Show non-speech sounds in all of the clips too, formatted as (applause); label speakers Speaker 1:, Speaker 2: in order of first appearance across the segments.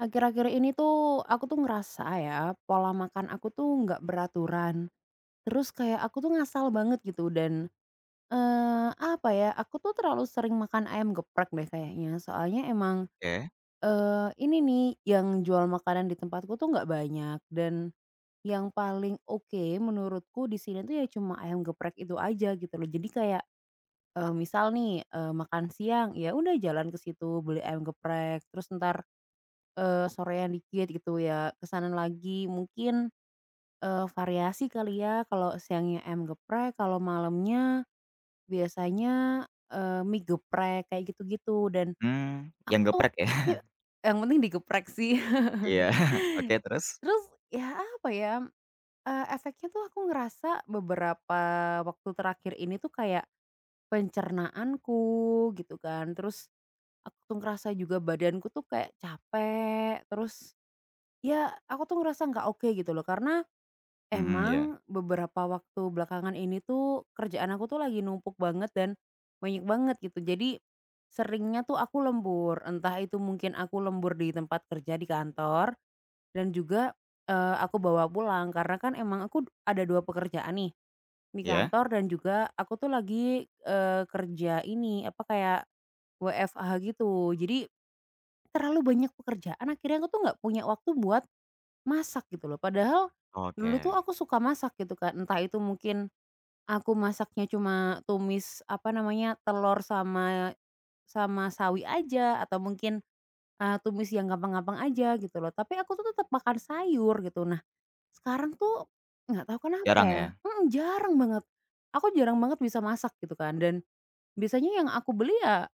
Speaker 1: Akhir-akhir ini tuh aku tuh ngerasa ya, pola makan aku tuh nggak beraturan. Terus kayak aku tuh ngasal banget gitu dan, apa ya, aku tuh terlalu sering makan ayam geprek deh kayaknya. Soalnya emang,
Speaker 2: Oke,
Speaker 1: ini nih yang jual makanan di tempatku tuh nggak banyak dan yang paling oke menurutku di sini tuh ya cuma ayam geprek itu aja gitu loh. Jadi kayak, misal nih, makan siang, ya udah jalan ke situ beli ayam geprek, terus ntar eh sorean dikit gitu ya, ke lagi mungkin, variasi kali ya kalau siangnya ayam geprek, kalau malamnya biasanya, eh mie geprek kayak gitu-gitu dan
Speaker 2: yang
Speaker 1: aku tuh
Speaker 2: geprek ya?
Speaker 1: ya
Speaker 2: (laughs)
Speaker 1: yang penting digeprek sih.
Speaker 2: Iya,
Speaker 1: (laughs)
Speaker 2: oke terus?
Speaker 1: Terus ya apa ya, efeknya tuh aku ngerasa beberapa waktu terakhir ini tuh kayak pencernaanku gitu kan, terus aku tuh ngerasa juga badanku tuh kayak capek, terus ya aku tuh ngerasa nggak oke gitu loh karena
Speaker 2: Mhm, iya?
Speaker 1: emang beberapa waktu belakangan ini tuh kerjaan aku tuh lagi numpuk banget dan banyak banget gitu. Jadi seringnya tuh aku lembur, entah itu mungkin aku lembur di tempat kerja di kantor dan juga eh, aku bawa pulang karena kan emang aku ada dua pekerjaan nih di
Speaker 2: Iya?
Speaker 1: kantor dan juga aku tuh lagi eh, kerja ini apa kayak WFH gitu. Jadi terlalu banyak pekerjaan akhirnya aku tuh nggak punya waktu buat masak gitu loh, padahal
Speaker 2: Oke,
Speaker 1: dulu tuh aku suka masak gitu kan, entah itu mungkin aku masaknya cuma tumis, apa namanya, telur sama sama sawi aja atau mungkin, tumis yang gampang-gampang aja gitu loh, tapi aku tuh tetap makan sayur gitu. Nah, sekarang tuh nggak tahu kenapa
Speaker 2: jarang
Speaker 1: ya
Speaker 2: ya?
Speaker 1: jarang banget. Aku jarang banget bisa masak gitu kan dan biasanya yang aku beli ya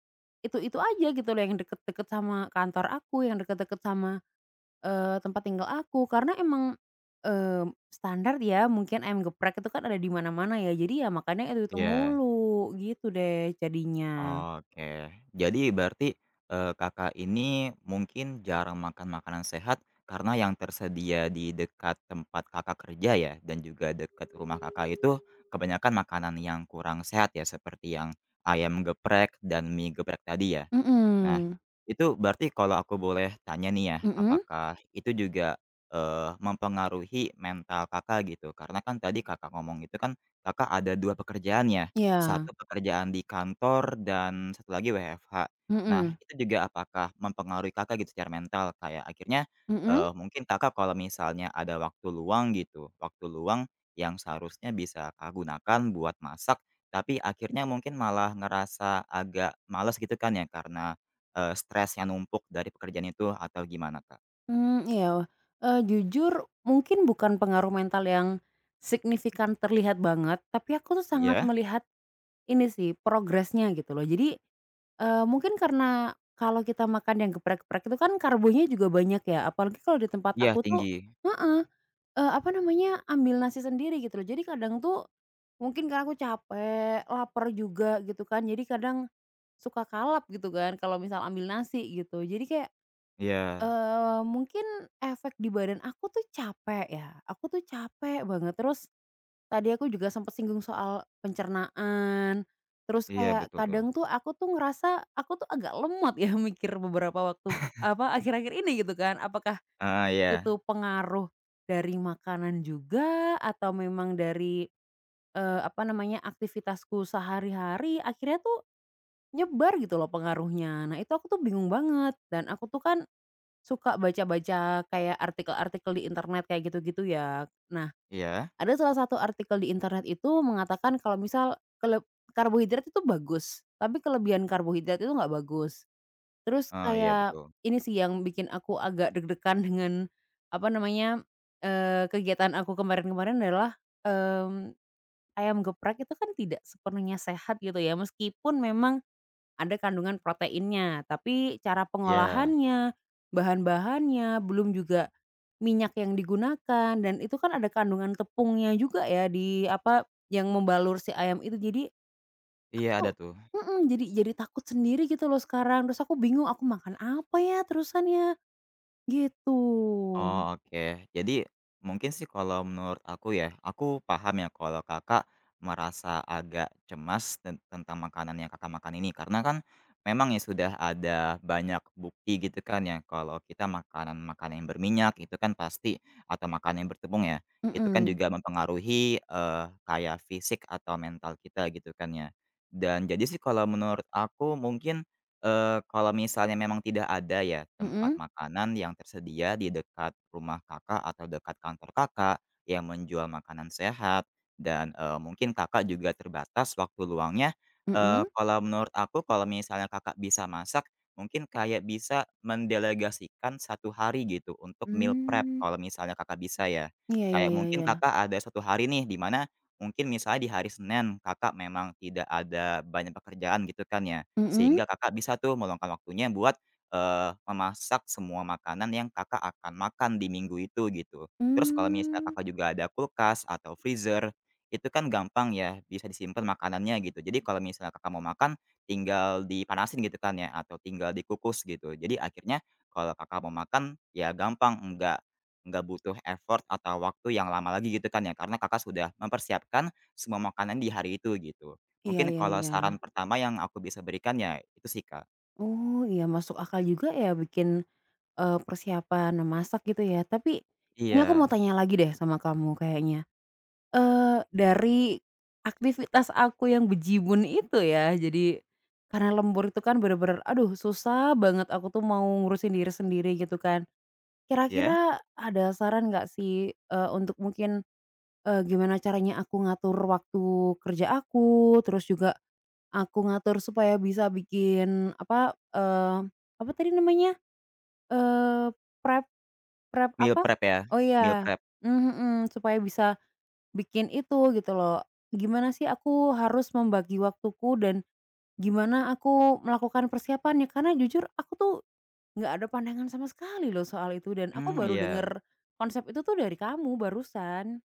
Speaker 1: itu-itu aja gitu loh, yang deket-deket sama kantor aku, yang deket-deket sama tempat tinggal aku karena emang, eee, standar ya mungkin ayam geprek itu kan ada di mana-mana ya jadi ya makannya itu-itu
Speaker 2: Iya,
Speaker 1: mulu gitu deh jadinya.
Speaker 2: oke. Jadi berarti, Kakak ini mungkin jarang makan makanan sehat karena yang tersedia di dekat tempat Kakak kerja ya dan juga dekat rumah Kakak itu kebanyakan makanan yang kurang sehat ya seperti yang ayam geprek dan mie geprek tadi ya? Nah,
Speaker 1: Mhm,
Speaker 2: itu berarti kalau aku boleh tanya nih ya,
Speaker 1: mhm,
Speaker 2: apakah itu juga, mempengaruhi mental Kakak gitu? Karena kan tadi Kakak ngomong itu kan Kakak ada 2 pekerjaan ya,
Speaker 1: iya,
Speaker 2: satu pekerjaan di kantor dan satu lagi WFH. Nah,
Speaker 1: mhm,
Speaker 2: itu juga apakah mempengaruhi Kakak gitu secara mental? Kayak akhirnya,
Speaker 1: mhm,
Speaker 2: mungkin Kakak kalau misalnya ada waktu luang gitu, waktu luang yang seharusnya bisa Kakak gunakan buat masak, tapi akhirnya mungkin malah ngerasa agak males gitu kan ya karena stres yang numpuk dari pekerjaan itu atau gimana, Kak?
Speaker 1: mmm, iya, jujur mungkin bukan pengaruh mental yang signifikan terlihat banget, tapi aku tuh sangat
Speaker 2: Iya?
Speaker 1: melihat ini sih progresnya gitu loh. Jadi mungkin karena kalau kita makan yang geprek-geprek itu kan karbonya juga banyak ya, apalagi kalau di tempat
Speaker 2: Iya
Speaker 1: aku tuh
Speaker 2: tinggi.
Speaker 1: heeh, apa namanya, ambil nasi sendiri gitu loh. Jadi kadang tuh mungkin karena aku capek, lapar juga gitu kan, jadi kadang suka kalap gitu kan kalau misal ambil nasi gitu. Jadi kayak,
Speaker 2: Iya
Speaker 1: mungkin efek di badan aku tuh capek ya, aku tuh capek banget. Terus tadi aku juga sempat singgung soal pencernaan, terus
Speaker 2: iya
Speaker 1: kayak
Speaker 2: betul.
Speaker 1: kadang tuh aku tuh ngerasa aku tuh agak lemot ya (laughs) mikir beberapa waktu apa, akhir-akhir ini gitu kan. Apakah
Speaker 2: Heeh, iya
Speaker 1: itu pengaruh dari makanan juga atau memang dari, apa namanya, aktivitasku sehari-hari akhirnya tuh nyebar gitu loh pengaruhnya. Nah itu aku tuh bingung banget dan aku tuh kan suka baca-baca kayak artikel-artikel di internet kayak gitu-gitu ya. Nah,
Speaker 2: iya.
Speaker 1: ada salah satu artikel di internet itu mengatakan kalau misal keleb karbohidrat itu bagus, tapi kelebihan karbohidrat itu nggak bagus. Terus
Speaker 2: Heeh, iya
Speaker 1: kayak
Speaker 2: betul.
Speaker 1: ini sih yang bikin aku agak deg-degan (laughs) dengan, apa namanya, kegiatan aku kemarin-kemarin adalah, mmm, ayam geprek itu kan tidak sepenuhnya sehat gitu ya, meskipun memang ada kandungan proteinnya, tapi cara
Speaker 2: Iya
Speaker 1: pengolahannya, bahan-bahannya, belum juga minyak yang digunakan, dan itu kan ada kandungan tepungnya juga ya di apa, yang membalur si ayam itu. Jadi
Speaker 2: iya
Speaker 1: aku
Speaker 2: ada tuh.
Speaker 1: mhm, jadi takut sendiri gitu loh sekarang. Terus aku bingung aku makan apa ya terusan ya, gitu.
Speaker 2: Oh, oke. Jadi mungkin sih kalau menurut aku ya, aku paham ya kalau Kakak merasa agak cemas tentang makanan yang Kakak makan ini karena kan memang ya sudah ada banyak bukti gitu kan ya kalau kita makanan-makanan yang berminyak itu kan pasti atau makanan yang bertepung ya, itu kan
Speaker 1: Mhm,
Speaker 2: juga mempengaruhi eh, kayak fisik atau mental kita gitu kan ya. Dan jadi sih kalau menurut aku mungkin kalau misalnya memang tidak ada ya tempat
Speaker 1: mhm,
Speaker 2: makanan yang tersedia di dekat rumah Kakak atau dekat kantor Kakak yang menjual makanan sehat dan, mungkin Kakak juga terbatas waktu luangnya,
Speaker 1: mhm,
Speaker 2: kalau menurut aku kalau misalnya Kakak bisa masak, mungkin kayak bisa mendelegasikan satu hari gitu untuk meal prep
Speaker 1: mmm,
Speaker 2: kalau misalnya Kakak bisa ya.
Speaker 1: iya iya
Speaker 2: Kayak
Speaker 1: iya
Speaker 2: mungkin
Speaker 1: iya,
Speaker 2: Kakak ada satu hari nih di mana mungkin misalnya di hari Senin Kakak memang tidak ada banyak pekerjaan gitu kan ya.
Speaker 1: mhm,
Speaker 2: Sehingga Kakak bisa tuh meluangkan waktunya buat, memasak semua makanan yang Kakak akan makan di minggu itu, gitu. Terus kalau misalnya
Speaker 1: mmm,
Speaker 2: Kakak juga ada kulkas atau freezer, itu kan gampang ya, bisa disimpan makanannya gitu. Jadi kalau misalnya Kakak mau makan, tinggal dipanasin gitu kan ya, atau tinggal dikukus gitu. Jadi akhirnya kalau Kakak mau makan, ya gampang, nggak butuh effort atau waktu yang lama lagi gitu kan ya, karena Kakak sudah mempersiapkan semua makanan di hari itu, gitu.
Speaker 1: iya
Speaker 2: Mungkin
Speaker 1: iya
Speaker 2: kalau
Speaker 1: iya.
Speaker 2: saran pertama yang aku bisa berikan ya itu sih, Kak.
Speaker 1: Oh, iya masuk akal juga ya bikin persiapan memasak gitu ya. Tapi ini aku
Speaker 2: Iya.
Speaker 1: mau tanya lagi deh sama kamu kayaknya, dari aktivitas aku yang bejibun itu ya. Jadi karena lembur itu kan bener-bener aduh susah banget aku tuh mau ngurusin diri sendiri gitu kan.
Speaker 2: Iya?
Speaker 1: Kira-kira ada saran nggak sih, untuk mungkin, gimana caranya aku ngatur waktu kerja aku, terus juga aku ngatur supaya bisa bikin apa, eee, apa tadi namanya, eee, prep Prep
Speaker 2: Meal
Speaker 1: apa?
Speaker 2: prep ya?
Speaker 1: Oh
Speaker 2: Meal
Speaker 1: iya,
Speaker 2: prep.
Speaker 1: mhm, supaya bisa bikin itu gitu loh, gimana sih aku harus membagi waktuku dan gimana aku melakukan persiapannya, karena jujur aku tuh nggak ada pandangan sama sekali loh soal itu dan aku
Speaker 2: Mmm,
Speaker 1: baru
Speaker 2: iya.
Speaker 1: denger konsep itu tuh dari kamu barusan.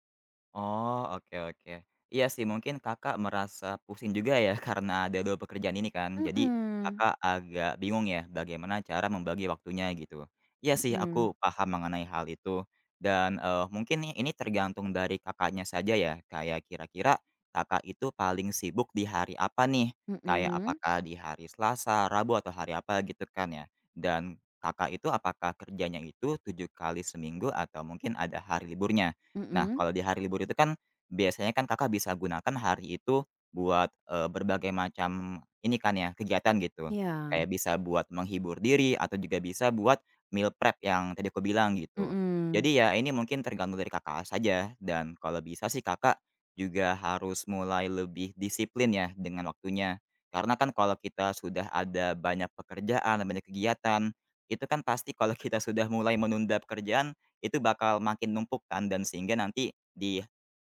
Speaker 2: Oh, oke oke. Iya sih mungkin Kakak merasa pusing juga ya (laughs) karena ada 2 pekerjaan ini kan. Jadi
Speaker 1: Mhm,
Speaker 2: Kakak agak bingung ya bagaimana cara membagi waktunya gitu. Iya sih
Speaker 1: mhm,
Speaker 2: aku paham mengenai hal itu dan, mungkin nih ini tergantung dari Kakaknya saja ya, kayak kira-kira Kakak itu paling sibuk di hari apa nih? Kayak
Speaker 1: mhm,
Speaker 2: apakah di hari Selasa, Rabu, atau hari apa gitu kan ya. Dan Kakak itu apakah kerjanya itu 7 kali seminggu atau mungkin ada hari liburnya? Nah,
Speaker 1: mhm,
Speaker 2: kalau di hari libur itu kan, biasanya kan Kakak bisa gunakan hari itu buat, berbagai macam ini kan ya, kegiatan gitu.
Speaker 1: iya,
Speaker 2: Kayak bisa buat menghibur diri atau juga bisa buat meal prep yang tadi aku bilang gitu.
Speaker 1: mhm,
Speaker 2: Jadi ya ini mungkin tergantung dari Kakak saja dan kalau bisa sih Kakak juga harus mulai lebih disiplin ya dengan waktunya. Karena kan kalau kita sudah ada banyak pekerjaan, banyak kegiatan, itu kan pasti kalau kita sudah mulai menunda pekerjaan itu bakal makin numpuk kan dan sehingga nanti di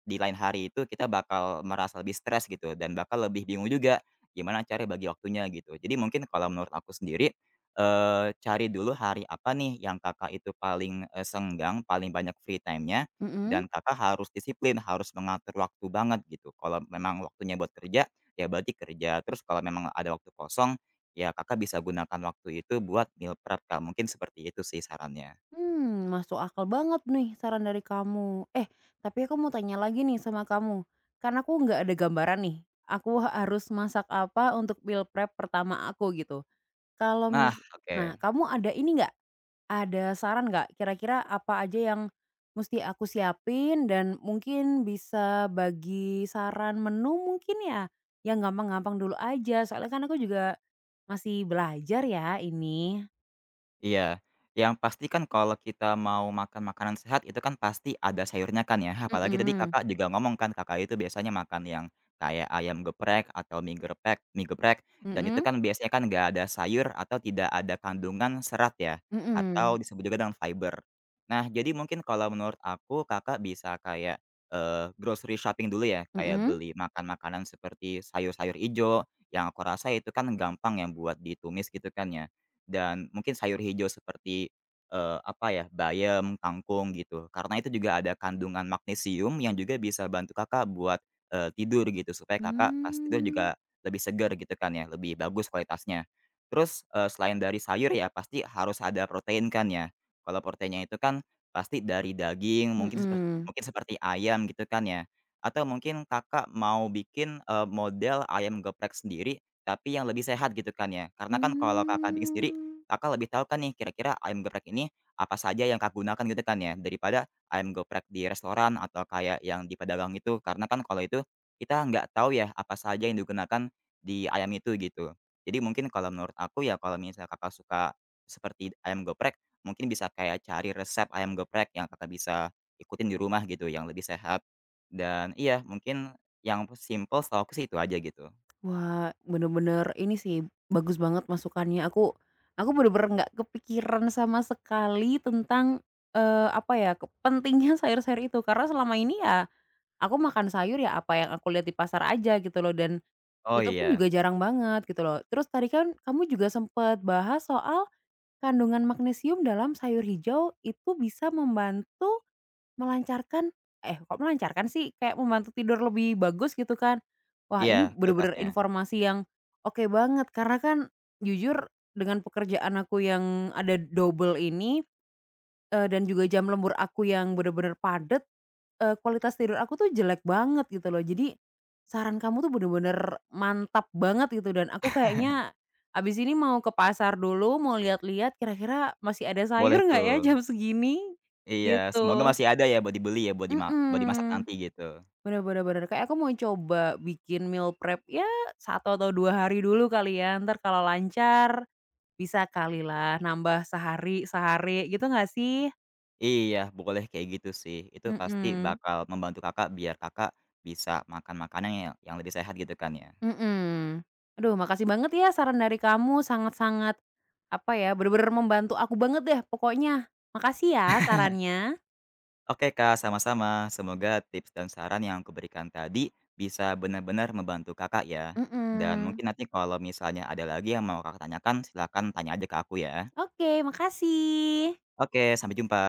Speaker 2: lain hari itu kita bakal merasa lebih stres gitu dan bakal lebih bingung juga gimana cara bagi waktunya gitu. Jadi mungkin kalau menurut aku sendiri, cari dulu hari apa nih yang Kakak itu paling, senggang, paling banyak free time-nya
Speaker 1: mhm.
Speaker 2: dan Kakak harus disiplin, harus mengatur waktu banget gitu. Kalau memang waktunya buat kerja, ya berarti kerja, terus kalau memang ada waktu kosong, ya Kakak bisa gunakan waktu itu buat meal prep Kak, mungkin seperti itu sih sarannya.
Speaker 1: Masuk akal banget nih saran dari kamu. Eh, tapi aku mau tanya lagi nih sama kamu, karena aku nggak ada gambaran nih, aku (laughs) harus masak apa untuk meal prep pertama aku gitu. Kalau
Speaker 2: Nah,
Speaker 1: mis Nah,
Speaker 2: oke.
Speaker 1: kamu ada ini nggak, ada saran nggak kira-kira apa aja yang mesti aku siapin dan mungkin bisa bagi saran menu mungkin ya? Yang gampang-gampang dulu aja, soalnya kan aku juga masih belajar ya ini.
Speaker 2: Iya, yang pasti kan kalau kita mau makan makanan sehat itu kan pasti ada sayurnya kan ya, apalagi tadi
Speaker 1: Mhm,
Speaker 2: Kakak juga ngomong kan Kakak itu biasanya makan yang kayak ayam geprek atau mie geprek dan itu
Speaker 1: mhm,
Speaker 2: kan biasanya kan nggak ada sayur atau tidak ada kandungan serat ya, atau
Speaker 1: mhm,
Speaker 2: disebut juga dengan fiber. Nah jadi mungkin kalau menurut aku Kakak bisa kayak, grocery shopping dulu ya, kayak
Speaker 1: mhm.
Speaker 2: beli makan makanan seperti sayur-sayur ijo, yang aku rasa itu kan gampang yang buat ditumis gitu kan ya dan mungkin sayur hijau seperti, apa ya, bayam, kangkung gitu. Karena itu juga ada kandungan magnesium yang juga bisa bantu Kakak buat, tidur gitu supaya Kakak pas tidur
Speaker 1: Mmm,
Speaker 2: juga lebih segar gitu kan ya, lebih bagus kualitasnya. Terus, selain dari sayur ya pasti harus ada protein kan ya. Kalau proteinnya itu kan pasti dari daging mungkin
Speaker 1: mhm.
Speaker 2: mungkin seperti ayam gitu kan ya, atau mungkin Kakak mau bikin, model ayam geprek sendiri tapi yang lebih sehat gitu kan ya. Karena kan kalau Kakak bikin sendiri
Speaker 1: Oh.
Speaker 2: Kakak lebih tahu kan nih kira-kira ayam geprek ini apa saja yang Kakak gunakan gitu kan ya, daripada ayam geprek di restoran atau kayak yang di pedagang itu. Karena kan kalau itu kita nggak tahu ya apa saja yang digunakan di ayam itu gitu. Jadi mungkin kalau menurut aku ya kalau misalnya Kakak suka seperti ayam geprek, mungkin bisa kayak cari resep ayam geprek yang Kakak bisa ikutin di rumah gitu yang lebih sehat. Dan iya mungkin yang simple setahu aku sih itu aja gitu.
Speaker 1: Wah, bener-bener ini sih, bagus banget masukannya. Aku bener-bener nggak kepikiran sama sekali tentang, apa ya, ke pentingnya (laughs) sayur-sayur itu. Karena selama ini ya, aku makan sayur ya apa yang aku lihat di pasar aja gitu loh, dan
Speaker 2: Oh
Speaker 1: itu pun
Speaker 2: iya.
Speaker 1: juga jarang banget gitu loh. Terus tadi kan kamu juga sempet bahas soal kandungan magnesium dalam sayur hijau itu bisa membantu melancarkan eh, kok melancarkan sih, kayak membantu tidur lebih bagus gitu kan. Wah
Speaker 2: Iya,
Speaker 1: ini bener-bener
Speaker 2: kulkasnya.
Speaker 1: informasi yang oke banget, karena kan jujur dengan pekerjaan aku yang ada double ini, dan juga jam lembur aku yang bener-bener padat, kualitas tidur aku tuh jelek banget gitu loh. Jadi saran kamu tuh bener-bener mantap banget gitu dan aku kayaknya abis ini mau ke pasar dulu, mau lihat-lihat kira-kira masih ada sayur
Speaker 2: Boleh
Speaker 1: nggak ya
Speaker 2: tuh.
Speaker 1: jam segini,
Speaker 2: Iya, semoga
Speaker 1: gitu.
Speaker 2: masih ada ya buat dibeli ya, buat dimasak
Speaker 1: Mhm.
Speaker 2: nanti gitu.
Speaker 1: Bener bener bener, kayak aku mau coba bikin meal prep ya satu atau 2 hari dulu kali ya, entar kalau lancar bisa kali lah nambah sehari sehari gitu nggak sih?
Speaker 2: Iya, boleh kayak gitu sih. Itu pasti
Speaker 1: Mhm,
Speaker 2: bakal membantu Kakak biar Kakak bisa makan makanan yang lebih sehat gitu kan ya.
Speaker 1: mhm. Aduh makasih banget ya saran dari kamu sangat-sangat, apa ya, bener-bener membantu aku banget deh pokoknya. Makasih ya sarannya.
Speaker 2: Oke Kak, sama-sama. Semoga tips dan saran yang aku berikan tadi bisa benar-benar membantu Kakak ya. Dan
Speaker 1: Mhm,
Speaker 2: mungkin nanti kalau misalnya ada lagi yang mau Kakak tanyakan, silakan tanya aja ke aku ya.
Speaker 1: oke makasih.
Speaker 2: Oke, sampai jumpa.